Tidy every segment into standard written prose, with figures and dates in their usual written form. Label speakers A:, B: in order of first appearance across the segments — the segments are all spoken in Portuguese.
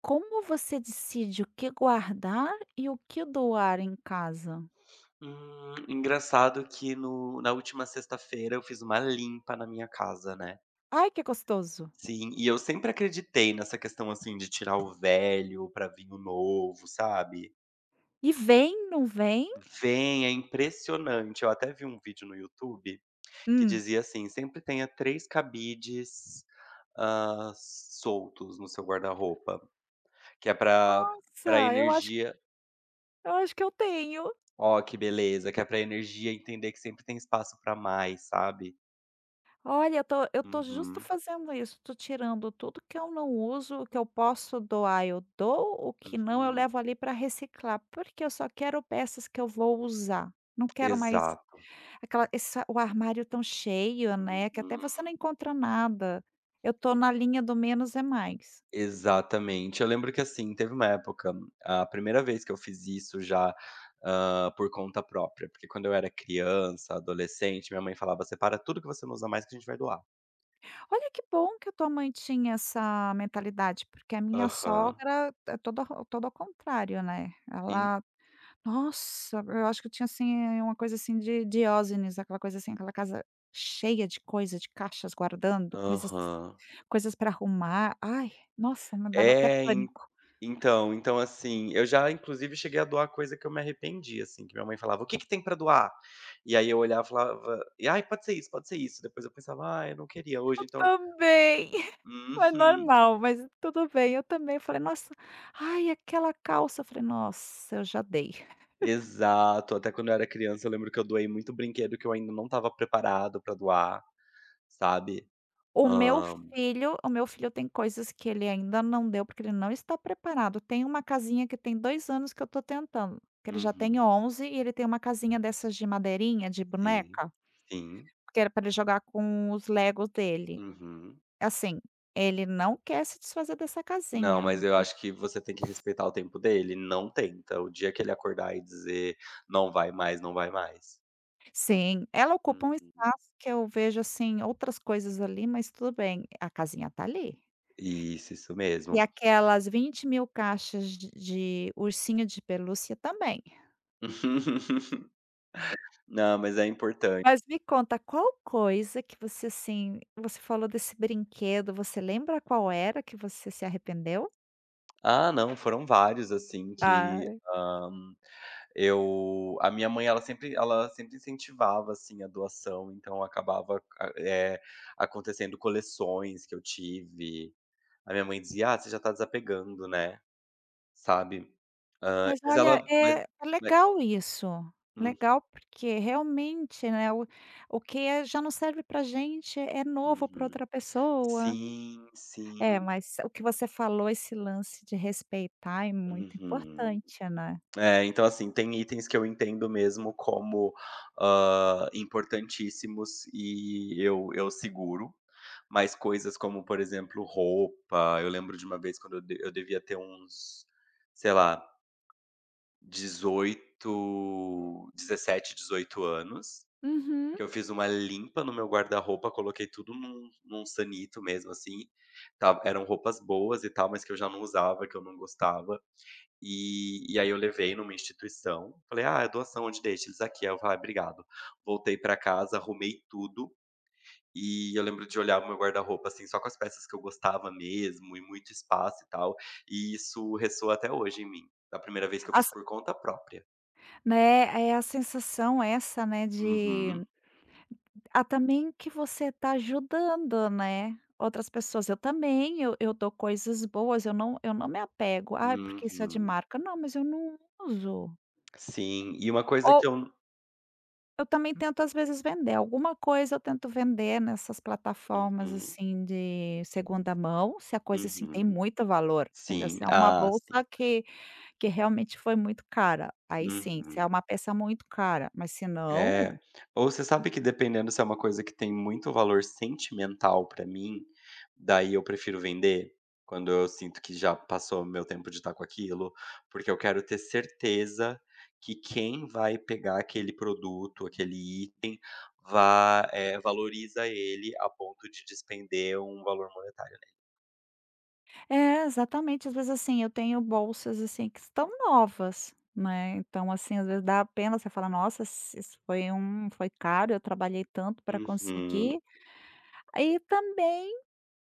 A: Como você decide o que guardar e o que doar em casa?
B: Engraçado que no na última sexta-feira eu fiz uma limpa na minha casa, né.
A: Ai, que gostoso.
B: Sim, e eu sempre acreditei nessa questão, assim, de tirar o velho pra vir o novo, sabe.
A: E vem, não vem?
B: Vem, é impressionante. Eu até vi um vídeo no YouTube que
A: Hum.
B: dizia assim: "Sempre tenha 3 cabides, soltos no seu guarda-roupa", que é pra para
A: Nossa, eu acho
B: energia
A: eu acho que eu tenho.
B: ó, que beleza, que é pra energia entender que sempre tem espaço pra mais, sabe.
A: Olha, eu tô justo
B: Uhum,
A: fazendo isso, tô tirando tudo que eu não uso, o que eu posso doar eu dou, o que não eu
B: uhum.
A: levo ali para reciclar, porque eu só quero peças que eu vou usar. Não quero mais
B: Exato.
A: aquela essa o armário tão cheio, né, que até você não
B: Uhum.
A: encontra nada. Eu tô na linha do menos é mais.
B: Exatamente. Eu lembro que, assim, teve uma época a primeira vez que eu fiz isso já, por conta própria, porque quando eu era criança, adolescente, minha mãe falava: "Separa tudo que você não usa mais que a gente vai doar".
A: Olha que bom que a tua mãe tinha essa mentalidade, porque a minha
B: Aham.
A: sogra é todo ao contrário, né.
B: En
A: Ela Nossa, eu acho que eu tinha, assim, uma coisa assim de Diógenes, aquela coisa assim, aquela casa cheia de coisa, de caixas guardando, coisas
B: aham.
A: coisas para arrumar. Ai, nossa, me dava até
B: É, en
A: pânico.
B: então, assim, eu já inclusive cheguei a doar coisa que eu me arrependi, assim, que minha mãe falava: "O que que tem pra doar?" E aí eu olhava e falava: "Ai, pode ser isso, pode ser isso". Depois eu pensava: "Ah, eu não queria hoje,
A: Eu
B: então".
A: também, mas
B: Uhum.
A: normal, mas tudo bem, eu também. Eu falei: "Nossa, ai, aquela calça", eu falei: "Nossa, eu já dei".
B: Exato. Até quando eu era criança, eu lembro que eu doei muito brinquedo que eu ainda não estava preparado pra doar, sabe.
A: O meu
B: Hã
A: o meu filho tem coisas que ele ainda não deu, porque ele não está preparado. Tem uma casinha que tem 2 anos que eu estou tentando, que ele já tem
B: uhum.
A: 11 e ele tem uma casinha dessas de madeirinha, de
B: Sim.
A: boneca,
B: Sim.
A: que era para ele jogar com os Legos dele.
B: Uhum.
A: Assim, ele não quer se desfazer dessa
B: Não,
A: casinha.
B: mas eu acho que você tem que respeitar o tempo dele. Não tenta. O dia que ele acordar e dizer: "Não vai mais, não vai mais".
A: Sim, ela ocupa um
B: Uhum.
A: espaço que eu vejo, assim, outras coisas ali, mas tudo bem, a casinha está ali.
B: Isso
A: E
B: mesmo.
A: aquelas 20.000 caixas de ursinho de pelúcia também.
B: Não, mas é importante.
A: Mas me conta, qual coisa que você, assim você falou desse brinquedo, você lembra qual era que você se arrependeu?
B: Ah, não, foram vários, assim, que,
A: Ah.
B: Eu a minha mãe ela sempre incentivava, assim, a doação, então acontecendo coleções que eu tive. A minha mãe dizia: "Ah, você já tá desapegando, né", sabe. Hã,
A: Mas
B: mas
A: olha,
B: ela
A: é
B: mas
A: legal isso.
B: hum,
A: Legal, porque realmente, né, o que já não serve pra gente é novo para
B: uhum.
A: outra pessoa.
B: Sim,
A: É,
B: sim.
A: mas o que você falou, esse lance de respeitar é muito
B: Uhum.
A: importante, né.
B: É, então assim, tem itens que eu entendo mesmo como, importantíssimos e eu seguro, mas coisas como, por exemplo, roupa, eu lembro de uma vez quando eu de eu devia ter uns, sei lá, 18, 17, 18 anos,
A: Uhum.
B: que eu fiz uma limpa no meu guarda-roupa, coloquei tudo num sanito mesmo, assim, ta eram roupas boas e tal, mas que eu já não usava, que eu não gostava, e aí eu levei numa instituição, falei: "Ah, é doação, onde deixa?" Eles: "Aqui." Aí eu falei: "Ah, obrigado." Voltei pra casa, arrumei tudo, e eu lembro de olhar o meu guarda-roupa, assim, só com as peças que eu gostava mesmo, e muito espaço e tal, e isso ressoa até hoje em mim, da primeira vez que eu fiz
A: As
B: por conta própria.
A: Né, é a sensação essa, né, de
B: Uhum,
A: Ah, também que você tá ajudando, né, outras pessoas. Eu também, eu dou coisas boas, eu não me apego. Ah, porque isso é de
B: uhum.
A: marca". Não, mas eu não uso.
B: Sim, e uma coisa
A: Ou
B: que eu
A: Eu também tento às vezes vender, alguma coisa eu tento vender nessas plataformas,
B: uhum,
A: assim, de segunda mão, se a coisa, assim, tem
B: uhum.
A: muito valor, entendeu?
B: Sim,
A: Se é uma
B: ah,
A: bolsa
B: sim.
A: que realmente foi muito cara, aí sim, se é
B: Uhum.
A: uma peça muito cara, mas se não.
B: É. Ou você sabe que dependendo se é uma coisa que tem muito valor sentimental pra mim, daí eu prefiro vender, quando eu sinto que já passou o meu tempo de estar com aquilo, porque eu quero ter certeza que quem vai pegar aquele produto, aquele item, valoriza ele a ponto de despender um valor monetário
A: É, exatamente. Às vezes, assim, eu tenho bolsas, assim, que estão novas, né, então, assim, às vezes dá pena, você fala: "Nossa, se isso foi um foi caro, eu trabalhei tanto para
B: nele.
A: conseguir".
B: Uhum,
A: E também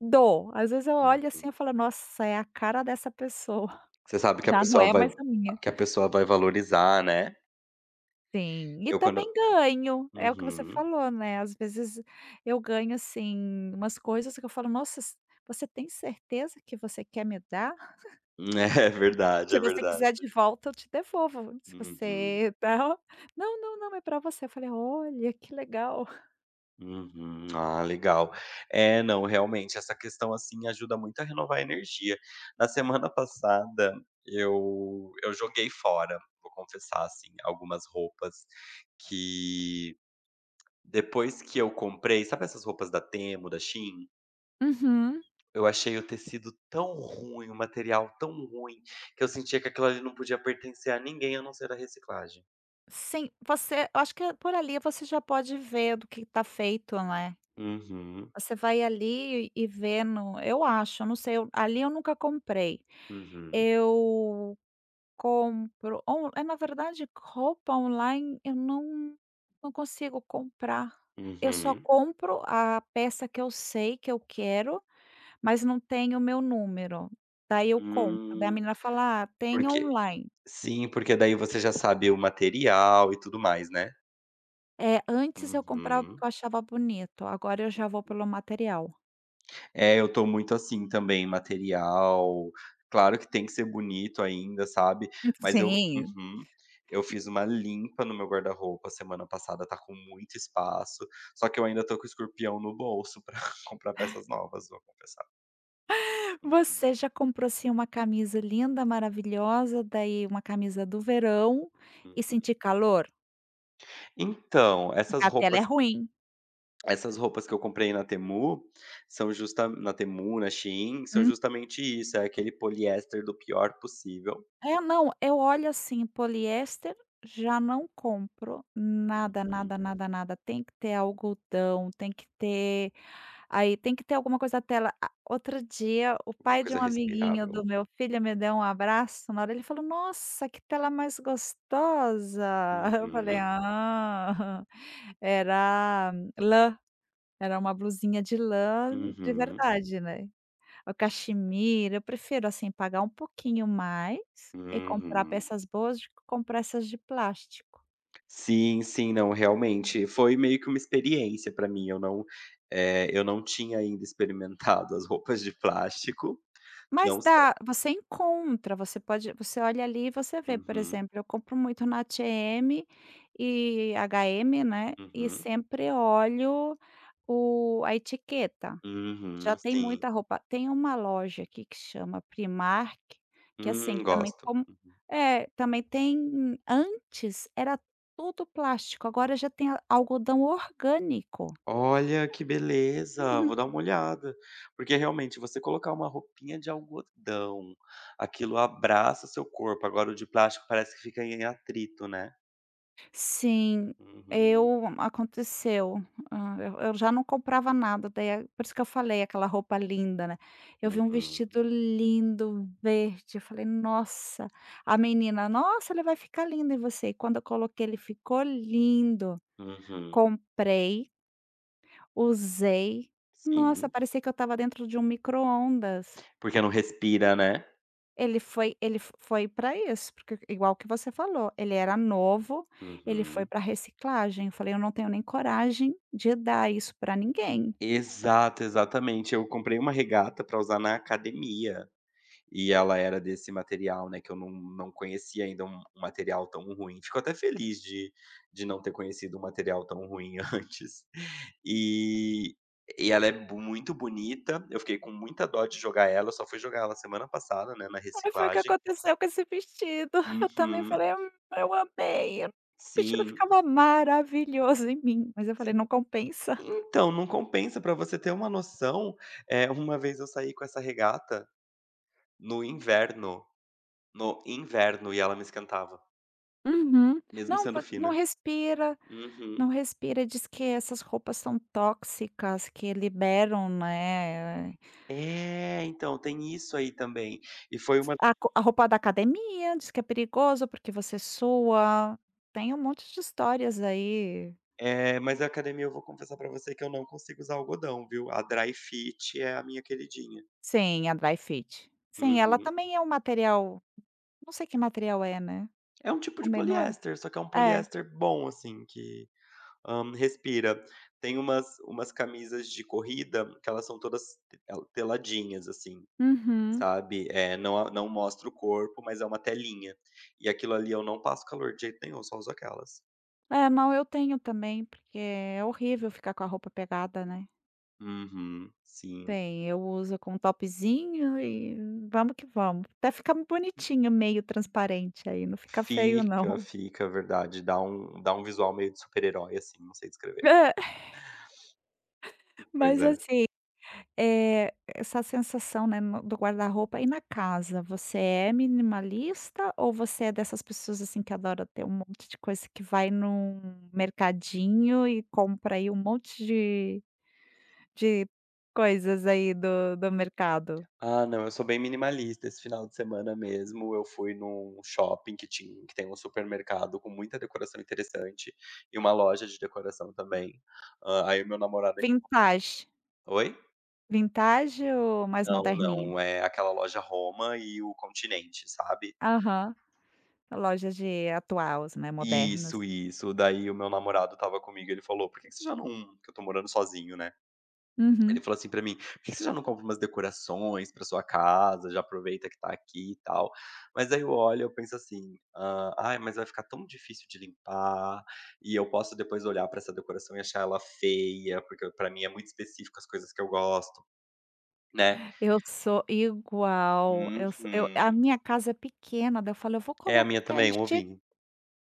A: dou. Às vezes eu olho, assim,
B: uhum.
A: eu falo: "Nossa, é a cara dessa pessoa,
B: Você sabe
A: já não é mais a minha".
B: que a pessoa vai valorizar, né.
A: Sim, e
B: Eu quando
A: também ganho, é o que você
B: Uhum.
A: falou, né, às vezes eu ganho, assim, umas coisas que eu falo: "Nossa, você tem certeza que você quer me dar?".
B: É verdade,
A: "Se
B: é
A: você
B: verdade.
A: quiser de volta, eu te devolvo. Se
B: Uhum,
A: você tal". "Não, não, não, é pra você". Eu falei: "Olha, que legal".
B: uhum. Ah, legal. É, não, realmente, essa questão, assim, ajuda muito a renovar a energia. Na semana passada, eu joguei fora, vou confessar, assim, algumas roupas que depois que eu comprei sabe essas roupas da Temu, da Shein?
A: Uhum.
B: Eu achei o tecido tão ruim, o material tão ruim, que eu sentia que aquilo ali não podia pertencer a ninguém, a não ser a reciclagem.
A: Sim, você eu acho que por ali você já pode ver do que tá feito, né.
B: Uhum,
A: Você vai ali e vendo eu acho, eu não sei, eu ali eu nunca comprei.
B: uhum,
A: Eu compro on é, Na verdade, roupa online eu não consigo comprar. Eu só
B: uhum.
A: compro a peça que eu sei que eu quero. Mas não tem o meu número, daí eu compro. Daí a
B: Hum,
A: menina fala: "Ah, tem
B: porque
A: online".
B: Sim, porque daí você já sabe o material e tudo mais, né.
A: É, antes eu comprava porque
B: Uhum.
A: eu achava bonito, agora eu já vou pelo material.
B: É, eu tô muito assim também, material claro que tem que ser bonito ainda, sabe, mas eu
A: Sim.
B: uhum. Eu fiz uma limpa no meu guarda-roupa semana passada, tá com muito espaço, só que eu ainda tô com o escorpião no bolso pra comprar peças novas, vou confessar. Uhum,
A: Você já comprou, assim, uma camisa linda, maravilhosa, daí uma camisa do verão e sentir
B: uhum.
A: calor?
B: Então,
A: Porque
B: essas
A: a tela é
B: roupas
A: ruim.
B: Essas roupas que eu comprei na Temu são justa na Temu, na Shein, são justamente isso, é aquele poliéster do pior possível.
A: É, não, eu olho assim, poliéster já não compro nada,
B: Uhum.
A: nada, nada, nada. Tem que ter algodão, tem que ter alguma coisa da tela. A outro dia, o
B: Uma
A: pai de
B: coisa
A: um amiguinho
B: respirável.
A: do meu filho me deu um abraço, na hora ele falou: "Nossa, que tela mais gostosa". Eu falei:
B: Uhum,
A: "Ah". Era lã, Era uma blusinha de lã de
B: uhum,
A: verdade, né. O cachemira, eu prefiro, assim, pagar um pouquinho mais e comprar
B: uhum.
A: peças boas do que comprar essas de plástico.
B: Sim, sim, não, realmente, foi meio que uma experiência pra mim, eu não tinha ainda experimentado as roupas de plástico,
A: Mas
B: não se
A: dá Você encontra, você olha ali e você vê, por
B: Uhum,
A: exemplo, eu compro muito na H&M, né, e
B: uhum,
A: sempre olho o a etiqueta. Já
B: uhum,
A: tem
B: sim.
A: muita roupa. Tem uma loja aqui que chama Primark, que assim, também,
B: Gosto.
A: como
B: Uhum.
A: é, também tem, antes era tudo plástico, agora já tem a algodão orgânico.
B: Olha, que beleza,
A: Uhum.
B: vou dar uma olhada. Porque realmente você colocar uma roupinha de algodão, aquilo abraça seu corpo, agora o de plástico parece que fica em atrito, né.
A: Sim,
B: Uhum,
A: eu aconteceu, eu já não comprava nada, daí é por isso que eu falei aquela roupa linda, né. Eu vi um
B: uhum,
A: vestido lindo, verde, eu falei: "Nossa", a menina: "Nossa, ele vai ficar lindo em você", e quando eu coloquei ele ficou lindo.
B: uhum.
A: Comprei, usei. Nossa,
B: Sim,
A: parecia que eu estava dentro de um micro-ondas.
B: porque não respira, né.
A: Ele foi ele fo foi para isso, porque igual que você falou, ele era novo, ele foi
B: Uhum.
A: para reciclagem. Eu falei: "Eu não tenho nem coragem de dar isso para ninguém".
B: Exato, exatamente. Eu comprei uma regata pra usar na academia. E ela era desse material, né, que eu não conhecia ainda um material tão ruim. Fico até feliz de não ter conhecido um material tão ruim antes. E e ela é bu muito bonita, eu fiquei com muita dó de jogar ela, eu só fui jogar ela semana passada, né, na
A: Aí foi o que
B: reciclagem.
A: aconteceu com esse vestido. Eu também
B: Uhum.
A: falei: eu amei". O vestido
B: Sim.
A: ficava maravilhoso em mim, mas eu falei:
B: Você
A: "Não compensa.
B: então, não compensa, pra você ter uma noção, uma vez eu saí com essa regata no inverno, no inverno, e ela me esquentava,
A: Uhum.
B: mesmo
A: Não,
B: sendo
A: vo não
B: fina.
A: respira".
B: Uhum.
A: Não respira, diz que essas roupas são tóxicas, que liberam, né,
B: É, então, tem isso aí também. E foi uma
A: a roupa da academia, diz que é perigoso porque você sua. Tem um monte de histórias aí.
B: mas a academia eu vou confessar pra você que eu não consigo usar algodão, viu. A dry fit é a minha queridinha.
A: Sim, a Dry Fit. Sim, ela
B: Uhum.
A: também é um material não sei que material é, né.
B: É um tipo de
A: Também não é
B: poliéster, só que é um
A: é.
B: poliéster bom, assim, que, respira. Tem umas camisas de corrida que elas são todas teladinhas, assim,
A: Uhum.
B: sabe. É, não mostra o corpo, mas é uma telinha. E aquilo ali eu não passo calor de jeito nenhum, só uso aquelas.
A: É, não, eu tenho também, porque é horrível ficar com a roupa pegada, né.
B: Uhum, sim.
A: Tem, eu uso com um topzinho e vamos que vamos. Até fica bonitinho, meio transparente aí, não fica feio
B: Fica,
A: não.
B: fica, verdade. Dá um visual meio de super-herói, assim, não sei descrever.
A: É,
B: Pois
A: mas
B: é.
A: assim, essa sensação, né, no do guarda-roupa e na casa, você é minimalista ou você é dessas pessoas, assim, que adora ter um monte de coisa que vai num mercadinho e compra aí um monte de coisas aí do mercado?
B: Ah, não, eu sou bem minimalista. Esse final de semana mesmo, eu fui num shopping que tem um supermercado com muita decoração interessante e uma loja de decoração também. Aí o meu namorado
A: Vintage.
B: oi?
A: Vintage ou mais
B: Não,
A: moderninha?
B: não, é aquela loja Roma e o Continente, sabe?
A: Aham. Lojas de atuais, né, modernos.
B: Isso, isso. Daí o meu namorado estava comigo, ele falou: "Por que que você já não", porque eu tô morando sozinho, né? Ele
A: Uhum.
B: falou assim pra mim: "Por que você já não compra umas decorações pra sua casa, já aproveita que tá aqui e tal". Mas aí eu olho, e eu penso assim: "Ah, ai, mas vai ficar tão difícil de limpar, e eu posso depois olhar pra essa decoração e achar ela feia, porque pra mim é muito específico as coisas que eu gosto", né.
A: Eu sou igual,
B: Uhum.
A: eu so eu a minha casa é pequena, daí eu falo: "Eu vou
B: É, a minha
A: colocar
B: também, um
A: encher
B: ovinho.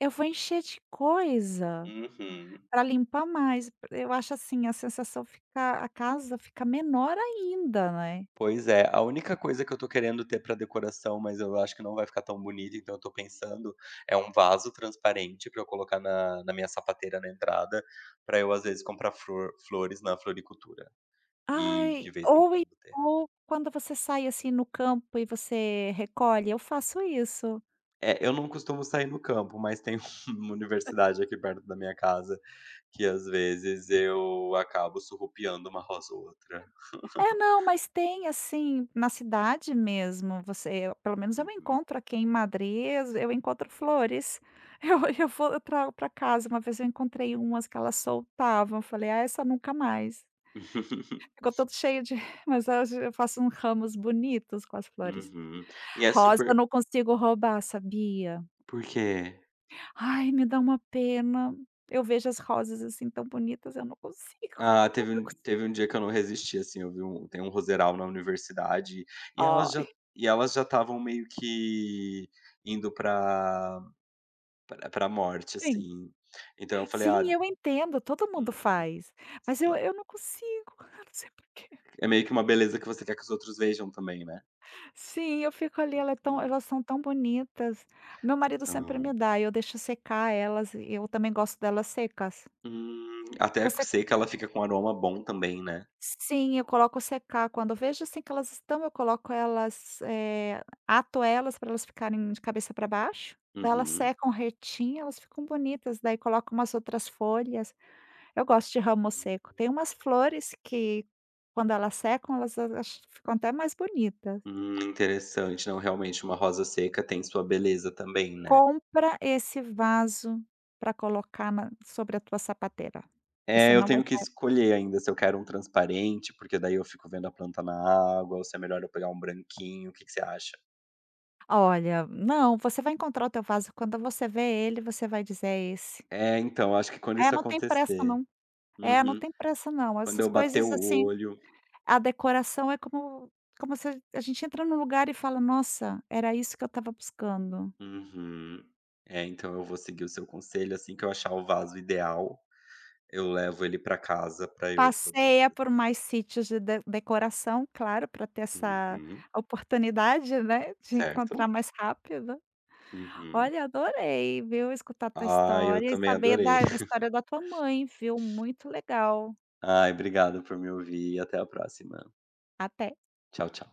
A: eu vou encher de coisa
B: Uhum.
A: para limpar mais", eu acho assim, a casa fica menor ainda, né.
B: Pois é, a única coisa que eu tô querendo ter pra decoração, mas eu acho que não vai ficar tão bonito, então eu tô pensando, é um vaso transparente pra eu colocar na minha sapateira na entrada, pra eu às vezes comprar flores na floricultura e
A: Ai,
B: de vez em quando ter.
A: ou quando você sai, assim, no campo e você recolhe, eu faço isso.
B: É, eu não costumo sair no campo, mas tem uma universidade aqui perto da minha casa que às vezes eu acabo surrupiando uma rosa ou outra.
A: É, não, mas tem assim, na cidade mesmo, você pelo menos eu
B: Uhum.
A: encontro aqui em Madrid, eu encontro flores. Eu eu trago pra casa, uma vez eu encontrei umas que elas soltavam, eu falei: "Ah, essa nunca mais". Ficou todo cheio de, mas hoje eu faço uns ramos bonitos com as flores.
B: Uhum. E é
A: Rosa eu
B: super
A: não consigo roubar, sabia?
B: por quê?
A: Ai, me dá uma pena. Eu vejo as rosas, assim, tão bonitas, eu não consigo,
B: Ah, teve
A: nunca
B: um
A: consigo.
B: teve um dia que eu não resisti, assim, eu vi um tem um Roserall na universidade, e elas
A: Ai,
B: já e elas já estavam meio que indo pra morte,
A: sim.
B: assim. Então eu falei:
A: Sim,
B: "Ah",
A: eu entendo, todo mundo
B: uhum,
A: faz, mas eu
B: sim.
A: eu não consigo, eu não sei porquê.
B: É meio que uma beleza que você quer que os outros vejam também, né.
A: Sim, eu fico ali,
B: Hum.
A: elas são tão bonitas. Meu marido sempre me
B: São
A: dá, eu deixo secar elas e eu também gosto delas secas.
B: até
A: Você
B: sei que ela fica com um aroma bom também, né.
A: sim, eu coloco secar, quando eu vejo, assim, que elas estão, eu coloco elas, ato elas para elas ficarem de cabeça para baixo, daí elas
B: Uhum.
A: secam retinho, elas ficam bonitas, daí coloco umas outras folhas. Eu gosto de ramo seco. Tem umas flores que quando elas secam, elas a ach ficam até mais bonitas.
B: Interessante. Não, realmente, uma rosa seca tem sua beleza também, né.
A: Compra esse vaso para colocar na sobre a tua sapateira. Você
B: É, eu
A: não vai.
B: tenho que escolher ainda se eu quero um transparente, porque daí eu fico vendo a planta na água, ou se é melhor eu pegar um branquinho, o que que você acha?
A: Olha, não, você vai encontrar o teu vaso, quando você vê ele, você vai dizer: "É esse".
B: É, então, acho que quando
A: É,
B: isso
A: não tem pressa
B: acontecer
A: não. É, não
B: uhum.
A: tem pressa não.
B: Quando
A: Essas
B: eu bater
A: coisas,
B: o
A: assim,
B: olho
A: a decoração é como se a gente entra num lugar e fala: "Nossa, era isso que eu estava buscando".
B: uhum. É, então eu vou seguir o seu conselho, assim que eu achar o vaso ideal, eu levo ele pra casa pra eu poder
A: Passeia por
B: fazer.
A: mais sítios de decoração, claro, para ter essa
B: Uhum.
A: oportunidade, né, de encontrar
B: Certo.
A: mais rápido.
B: Uhum.
A: Olha, adorei, viu, escutar a tua
B: Ai, eu
A: história e
B: também
A: saber
B: adorei.
A: da história da tua mãe, viu, muito legal.
B: Ai, obrigado por me ouvir e até a próxima.
A: Até.
B: Tchau, tchau.